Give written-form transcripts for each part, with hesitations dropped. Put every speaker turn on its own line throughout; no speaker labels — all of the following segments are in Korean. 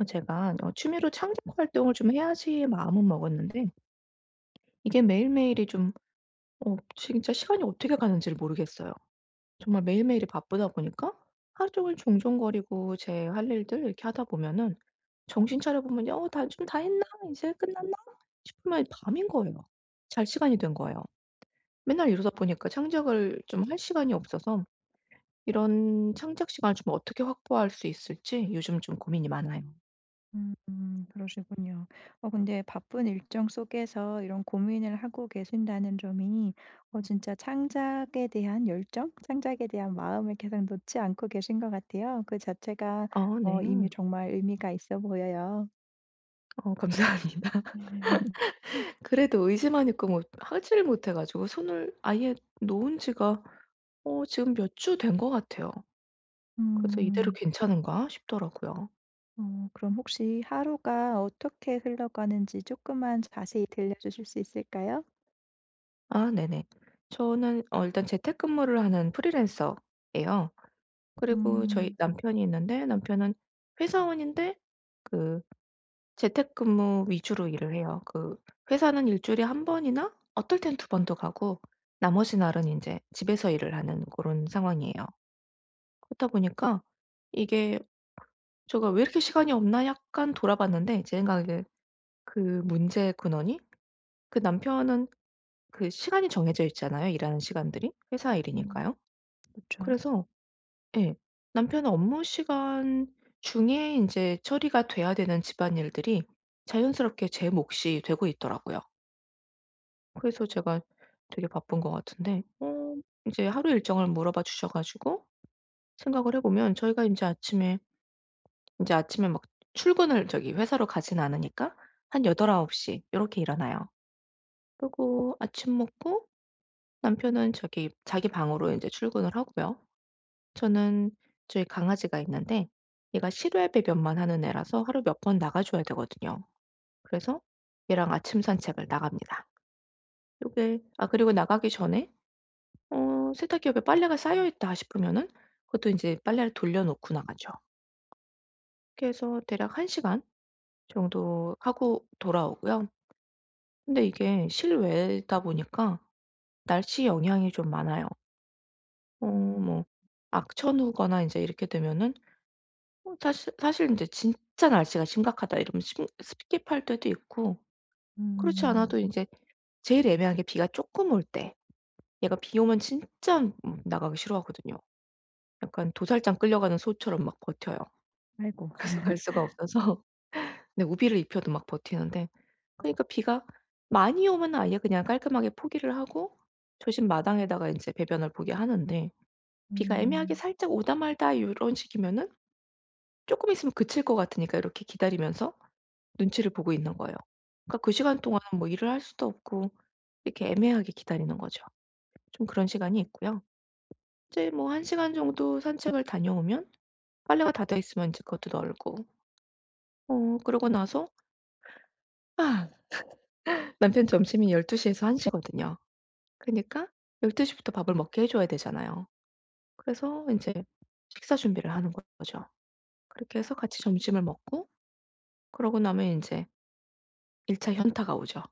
제가 취미로 창작 활동을 좀 해야지 마음은 먹었는데 이게 매일매일이 좀 진짜 시간이 어떻게 가는지를 모르겠어요. 정말 매일매일이 바쁘다 보니까 하루 종일 종종거리고 제 할 일들 이렇게 하다 보면은 정신 차려 보면 다 좀 다 했나? 이제 끝났나?' 싶으면 밤인 거예요. 잘 시간이 된 거예요. 맨날 이러다 보니까 창작을 좀 할 시간이 없어서 이런 창작 시간을 좀 어떻게 확보할 수 있을지 요즘 좀 고민이 많아요.
그러시군요. 근데 바쁜 일정 속에서 이런 고민을 하고 계신다는 점이 진짜 창작에 대한 열정, 창작에 대한 마음을 계속 놓지 않고 계신 것 같아요. 그 자체가
어
이미
네.
정말 의미가 있어 보여요.
감사합니다. 그래도 의지만 있고 뭐 하지를 못해 가지고 손을 아예 놓은 지가 지금 몇 주 된 것 같아요. 그래서 '이대로
음.
괜찮은가?' 싶더라고요.
그럼 혹시 하루가 어떻게 흘러가는지 조금만 자세히 들려주실 수 있을까요?
아 네네. 저는 일단 재택근무를 하는 프리랜서예요. 그리고 저희
음.
남편이 있는데, 남편은 회사원인데 그 재택근무 위주로 일을 해요. 그 회사는 일 주일에 한 번이나 어떨 땐 두 번도 가고 나머지 날은 이제 집에서 일을 하는 그런 상황이에요. 그렇다 보니까 이게 제가 '왜 이렇게 시간이 없나?' 약간 돌아봤는데, 제 생각에 그 문제의 근원이, 그 남편은 그 시간이 정해져 있잖아요, 일하는 시간들이. 회사
음.
일이니까요.
그죠.
그래서 예. 남편은 업무 시간 중에 인제 처리가 돼야 되는 집안일들이 자연스럽게 제 몫이 되고 있더라고요. 그래서 제가 되게 바쁜 것 같은데 인제 하루 일정을 물어봐 주셔 가지고 생각을 해 보면, 저희가 인제 아침에 이제 아침에 막 출근을 저기 회사로 가진 않으니까 한 8-9 시 요렇게 일어나요. 그리고 아침 먹고 남편은 저기 자기 방으로 인제 출근을 하고요. 저는 저희 강아지가 있는데 얘가 실외 배변만 하는 애라서 하루에 몇 번 나가 줘야 되거든요. 그래서 얘랑 아침 산책을 나갑니다. 요게 아 그리고 나가기 전에 '세탁기에 빨래가 쌓여 있다.' 싶으면은 그것도 인제 빨래를 돌려 놓고 나가죠. 그렇게 해서 대략 1 시간 정도 하고 돌아오고요. 근데 이게 실외다 보니까 날씨 영향이 좀 많아요.
음.
뭐 악천 후거나 이제 이렇게 되면은 사실 이제 '진짜 날씨가 심각하다.' 이러면 심 스킵할 때도 있고, 그렇지
음.
않아도 이제 제일 애매한 게 비가 조금 올 때. 얘가 비 오면 진짜 나가기 싫어하거든요. 약간 도살장 끌려가는 소처럼 막 버텨요.
아이고.
그래서 갈 수가 없어서 네 우비를 입혀도 막 버티는데, 그러니까 비가 많이 오면 아예 그냥 깔끔하게 포기를 하고 조심 마당에다가 인제 배변을 보게 하는데, 비가 애매하게
음.
살짝 오다 말다 요런 식이면은 쪼끔 있으면 그칠 것 같으니까 이렇게 기다리면서 눈치를 보고 있는 거예요. 그러니까 그 시간 동안 뭐 일을 할 수도 없고 이렇게 애매하게 기다리는 거죠. 좀 그런 시간이 있고요. 이제 뭐 1 시간 정도 산책을 다녀오면 빨래가 다 돼 있으면 인제 그것도 널고, 그러고 나서 아 남편 점심이 12 에서 1 시거든요. 그니까 1 2시 부터 밥을 먹게 해 줘야 되잖아요. 그래서 인제 식사 준비를 하는 거죠. 그렇게 해서 같이 점심을 먹고 그러고 나면 인제 1차 현타가 오죠.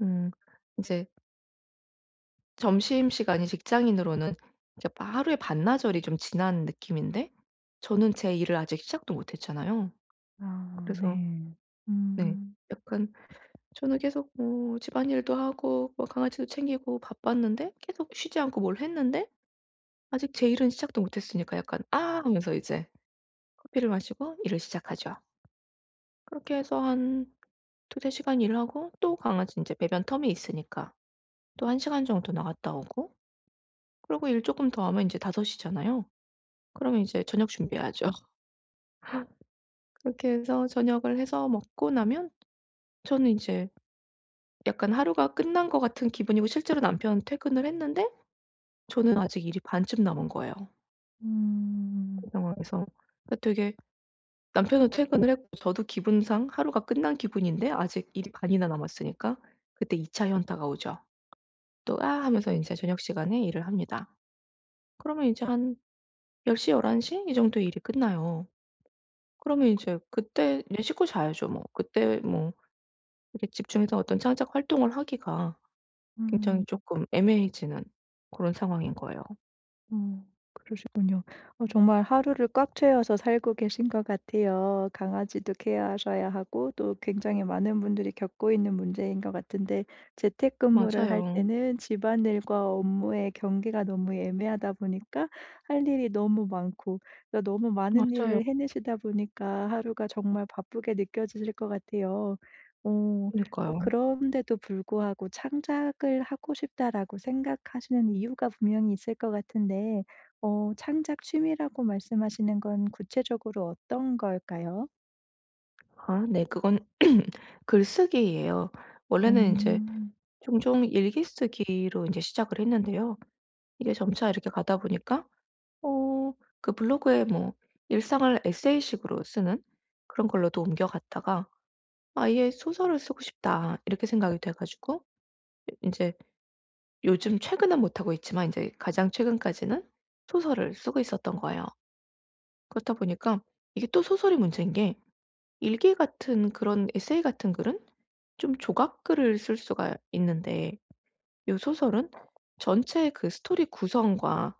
음 인제 점심시간이 직장인으로는 이제 바 하루의 반나절이 좀 지난 느낌인데, 저는 제 일을 아직 시작도 못 했잖아요.
아
그래서
네.
네.
음.
약간, 저는 계속 뭐 집안일도 하고 뭐 강아지도 챙기고 바빴는데 계속 쉬지 않고 뭘 했는데 아직 제 일은 시작도 못 했으니까 약간 '아.' 하면서 이제 커피를 마시고 일을 시작하죠. 그렇게 해서 한 2-3 시간 일하고 또 강아지 이제 배변 텀이 있으니까 또 1 시간 정도 나갔다 오고, 그러고 일 조금 더 하면 이제5 시잖아요. 그러면 이제 저녁 준비해야죠. 그렇게 해서 저녁을 해서 먹고 나면 저는 이제 약간 하루가 끝난 것 같은 기분이고, 실제로 남편은 퇴근을 했는데 저는 아직 일이 반쯤 남은 거예요,
음.
그 상황에서. 그러니까 되게, 남편은 퇴근을 했고 저도 기분상 하루가 끝난 기분인데 아직 일이 반이나 남았으니까 그때 2차 현타가 오죠. 또 "아." 하면서 인제 저녁 시간에 일을 합니다. 그러면 인제 한 1 0열한1 1이 정도에 일이 끝나요. 그러면 인제 그때 이제 씻고 자야죠 뭐. 그때 뭐 이렇게 집중해서 어떤 창작 활동을 하기가 굉장히
음.
쪼끔 애매해지는 고런 상황인 거예요.
음. 그러시군요. 정말 하루를 꽉 채워서 살고 계신 것 같아요. 강아지도 케어하셔야 하고 또 굉장히 많은 분들이 겪고 있는 문제인 것 같은데 재택근무를 할
맞아요.
때는 집안일과 업무의 경계가 너무 애매하다 보니까 할 일이 너무 많고 그러니까 너무 많은
맞아요.
일을 해내시다 보니까 하루가 정말 바쁘게 느껴지실 것 같아요. 어.
그니까요.
그런데도 불구하고 '창작을 하고 싶다.'라고 생각하시는 이유가 분명히 있을 것 같은데 창작 취미라고 말씀하시는 건 구체적으로 어떤 걸까요?
아 네. 그건 글쓰기예요. 원래는 인제
음.
종종 일기 쓰기로 인제 시작을 했는데요. 이게 점차 이렇게 가다 보니까, 어 그 블로그에 뭐 일상을 에세이식으로 쓰는 그런 걸로도 옮겨갔다가 '아예 소설을 쓰고 싶다.' 이렇게 생각이 돼 가지고 이제 요즘 최근은 못 하고 있지만 이제 가장 최근까지는 소설을 쓰고 있었던 거예요. 그렇다 보니까 이게 또 소설이 문제인 게, 일기 같은 그런 에세이 같은 글은 좀 조각글을 쓸 수가 있는데 이 소설은 전체 그 스토리 구성과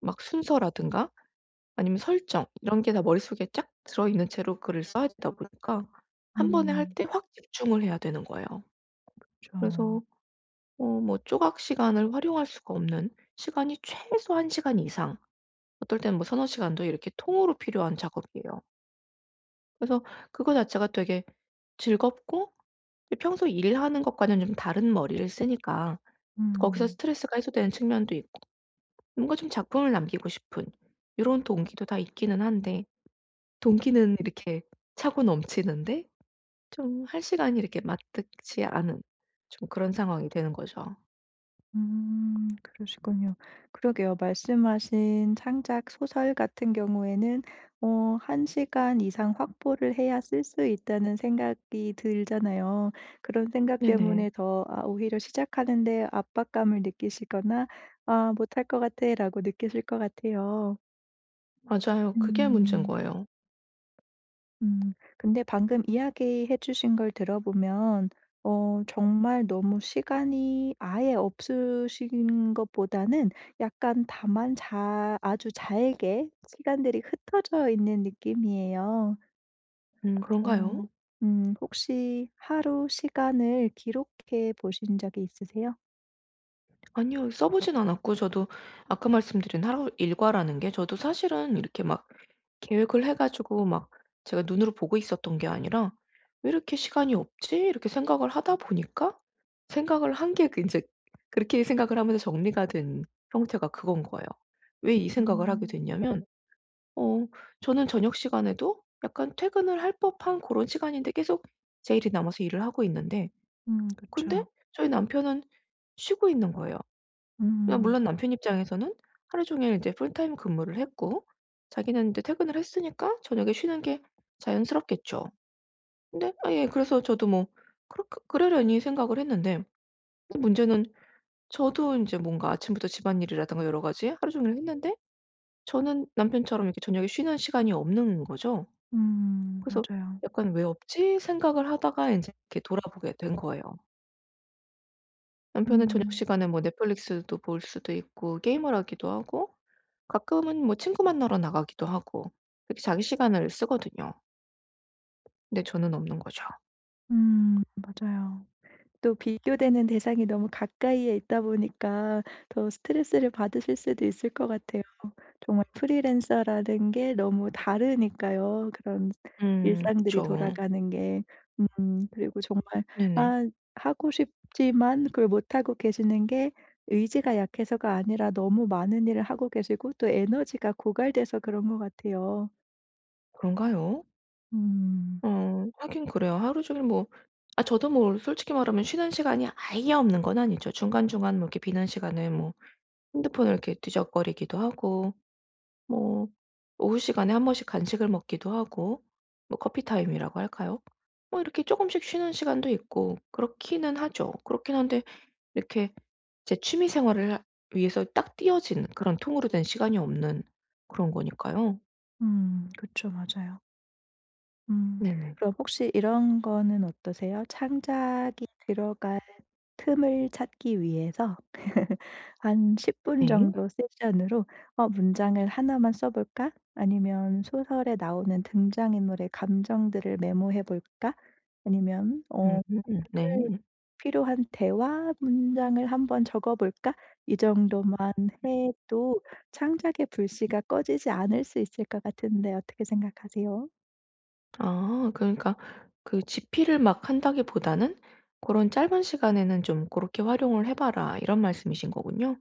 막 순서라든가 아니면 설정 이런 게 다 머릿속에 쫙 들어있는 채로 글을 써야 되다 보니까 한 번에 할
음.
때 확 집중을 해야 되는 거예요.
그.
그래서 뭐 조각 시간을 활용할 수가 없는, 시간이 최소 1 시간 이상, 어떨 때는 뭐 서너 시간도 이렇게 통으로 필요한 작업이에요. 그래서 그거 자체가 되게 즐겁고 평소 일하는 것과는 좀 다른 머리를 쓰니까 거기서
음.
스트레스가 해소되는 측면도 있고 뭔가 좀 작품을 남기고 싶은 이런 동기도 다 있기는 한데, 동기는 이렇게 차고 넘치는데 좀 할 시간이 이렇게 맞득치 않은 좀 그런 상황이 되는 거죠.
그러시군요. 그러게요. 말씀하신 창작 소설 같은 경우에는 1 시간 이상 확보를 해야 쓸 수 있다는 생각이 들잖아요. 그런 생각
네네.
때문에 더 오히려 시작하는 데 압박감을 느끼시거나 '아 못할 것 같아.'라고 느끼실 것 같아요.
맞아요. 그게 문제인
음.
거예요.
음. 근데 방금 이야기해 주신 걸 들어보면 정말 너무 시간이 아예 없으신 것보다는 약간 다만 자 아주 잘게 시간들이 흩어져 있는 느낌이에요.
음.
어.
그런가요?
혹시 하루 시간을 기록해 보신 적이 있으세요?
아니요. 써 보진 않았고, 저도 아까 말씀드린 하루 일과라는 게 저도 사실은 이렇게 막 계획을 해 가지고 막 제가 눈으로 보고 있었던 게 아니라 '왜 이렇게 시간이 없지?' 이렇게 생각을 하다 보니까 생각을 한 게그제 그렇게 생각을 하면서 정리가 된 형태가 그건 거예요. 왜 이 생각을 하게
음.
됐냐면 어 저는 저녁 시간에도 약간 퇴근을 할 법한 그런 시간인데 계속 제 일이 남아서 일을 하고 있는데, 근데
그쵸.
저희 남편은 쉬고 있는 거예요. 그냥,
음.
물론 남편 입장에서는 하루 종일 이제 풀타임 근무를 했고 자기는 이제 퇴근을 했으니까 저녁에 쉬는 게 자연스럽겠죠. 근데 아예, 그래서 저도 뭐 그렇게 그러려니 생각을 했는데, 문제는 저도 인제 뭔가 아침부터 집안일이라든가 여러 가지 하루 종일 했는데 저는 남편처럼 이렇게 저녁에 쉬는 시간이 없는 거죠. 그래서
맞아요.
약간 '왜 없지?' 생각을 하다가 인제 이렇게 돌아보게 된 거예요. 남편은 저녁
음.
시간에 뭐 넷플릭스도 볼 수도 있고 게임을 하기도 하고 가끔은 뭐 친구 만나러 나가기도 하고, 그렇게 자기 시간을 쓰거든요. 근데 저는 없는 거죠.
맞아요. 또 비교되는 대상이 너무 가까이에 있다 보니까 더 스트레스를 받으실 수도 있을 것 같아요. 정말 프리랜서라는 게 너무 다르니까요. 그런 일상들이
그쵸.
돌아가는 게. 그리고 정말
네네.
아 하고 싶지만 그걸 못하고 계시는 게 의지가 약해서가 아니라 너무 많은 일을 하고 계시고 또 에너지가 고갈돼서 그런 것 같아요.
그런가요?
음.
하긴 그래요. 하루 종일 뭐, 아 저도 뭐 솔직히 말하면 쉬는 시간이 아예 없는 건 아니죠. 중간중간 뭐 이렇게 비는 시간에 뭐 핸드폰을 이렇게 뒤적거리기도 하고, 뭐 오후 시간에 한 번씩 간식을 먹기도 하고, 뭐 커피 타임이라고 할까요? 뭐 이렇게 조금씩 쉬는 시간도 있고 그렇기는 하죠. 그렇긴 한데 이렇게 제 취미 생활을 하 위해서 딱 띄어진 그런 통으로 된 시간이 없는 그런 거니까요.
음. 그쵸. 맞아요. 음.
네네.
그럼 혹시 이런 거는 어떠세요? 창작이 들어갈 틈을 찾기 위해서 한 10분
네.
정도 세션으로 '어 문장을 하나만 써 볼까?' 아니면 '소설에 나오는 등장인물의 감정들을 메모해 볼까?' 아니면 '어
네.
오늘 필요한 대화 문장을 한번 적어 볼까?' 이 정도만 해도 창작의 불씨가 꺼지지 않을 수 있을 것 같은데 어떻게 생각하세요?
아 그러니까 그 집필을 막 한다기보다는 그런 짧은 시간에는 좀 그렇게 활용을 해 봐라." 이런 말씀이신 거군요.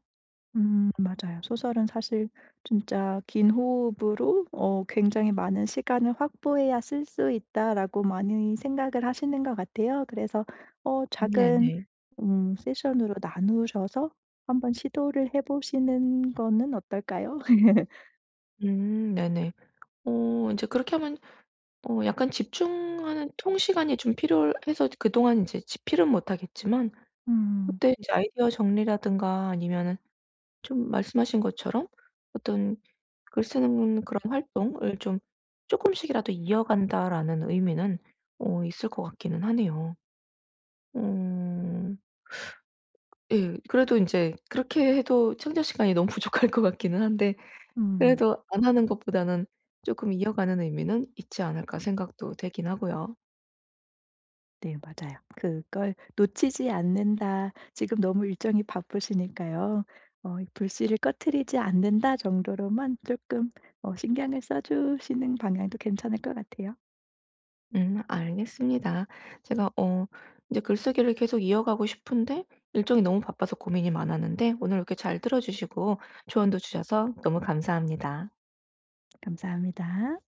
맞아요. 소설은 사실 진짜 긴 호흡으로 굉장히 많은 시간을 확보해야 쓸 수 있다라고 많이 생각을 하시는 것 같아요. 그래서 작은
네네.
세션으로 나누셔서 한번 시도를 해 보시는 거는 어떨까요?
네네. 이제 그렇게 하면 약간 집중하는 통 시간이 좀 필요해서 그동안 이제 집필은 못 하겠지만
음.
그때 이제 아이디어 정리라든가 아니면은 좀 말씀하신 것처럼 어떤 글 쓰는 그런 활동을 좀 조금씩이라도 이어간다.'라는 의미는 있을 것 같기는 하네요. 음, 예. 그래도 이제 그렇게 해도 창작 시간이 너무 부족할 것 같기는 한데
음.
그래도 '안 하는 것보다는 조금 이어가는 의미는 있지 않을까.' 생각도 되긴 하고요.
네 맞아요. 그걸 놓치지 않는다. 지금 너무 일정이 바쁘시니까요. 이 '불씨를 꺼트리지 않는다.' 정도로만 조금 신경을 써 주시는 방향도 괜찮을 것 같아요.
알겠습니다. 제가 이제 글쓰기를 계속 이어가고 싶은데 일정이 너무 바빠서 고민이 많았는데 오늘 이렇게 잘 들어 주시고 조언도 주셔서 너무 감사합니다.
감사합니다.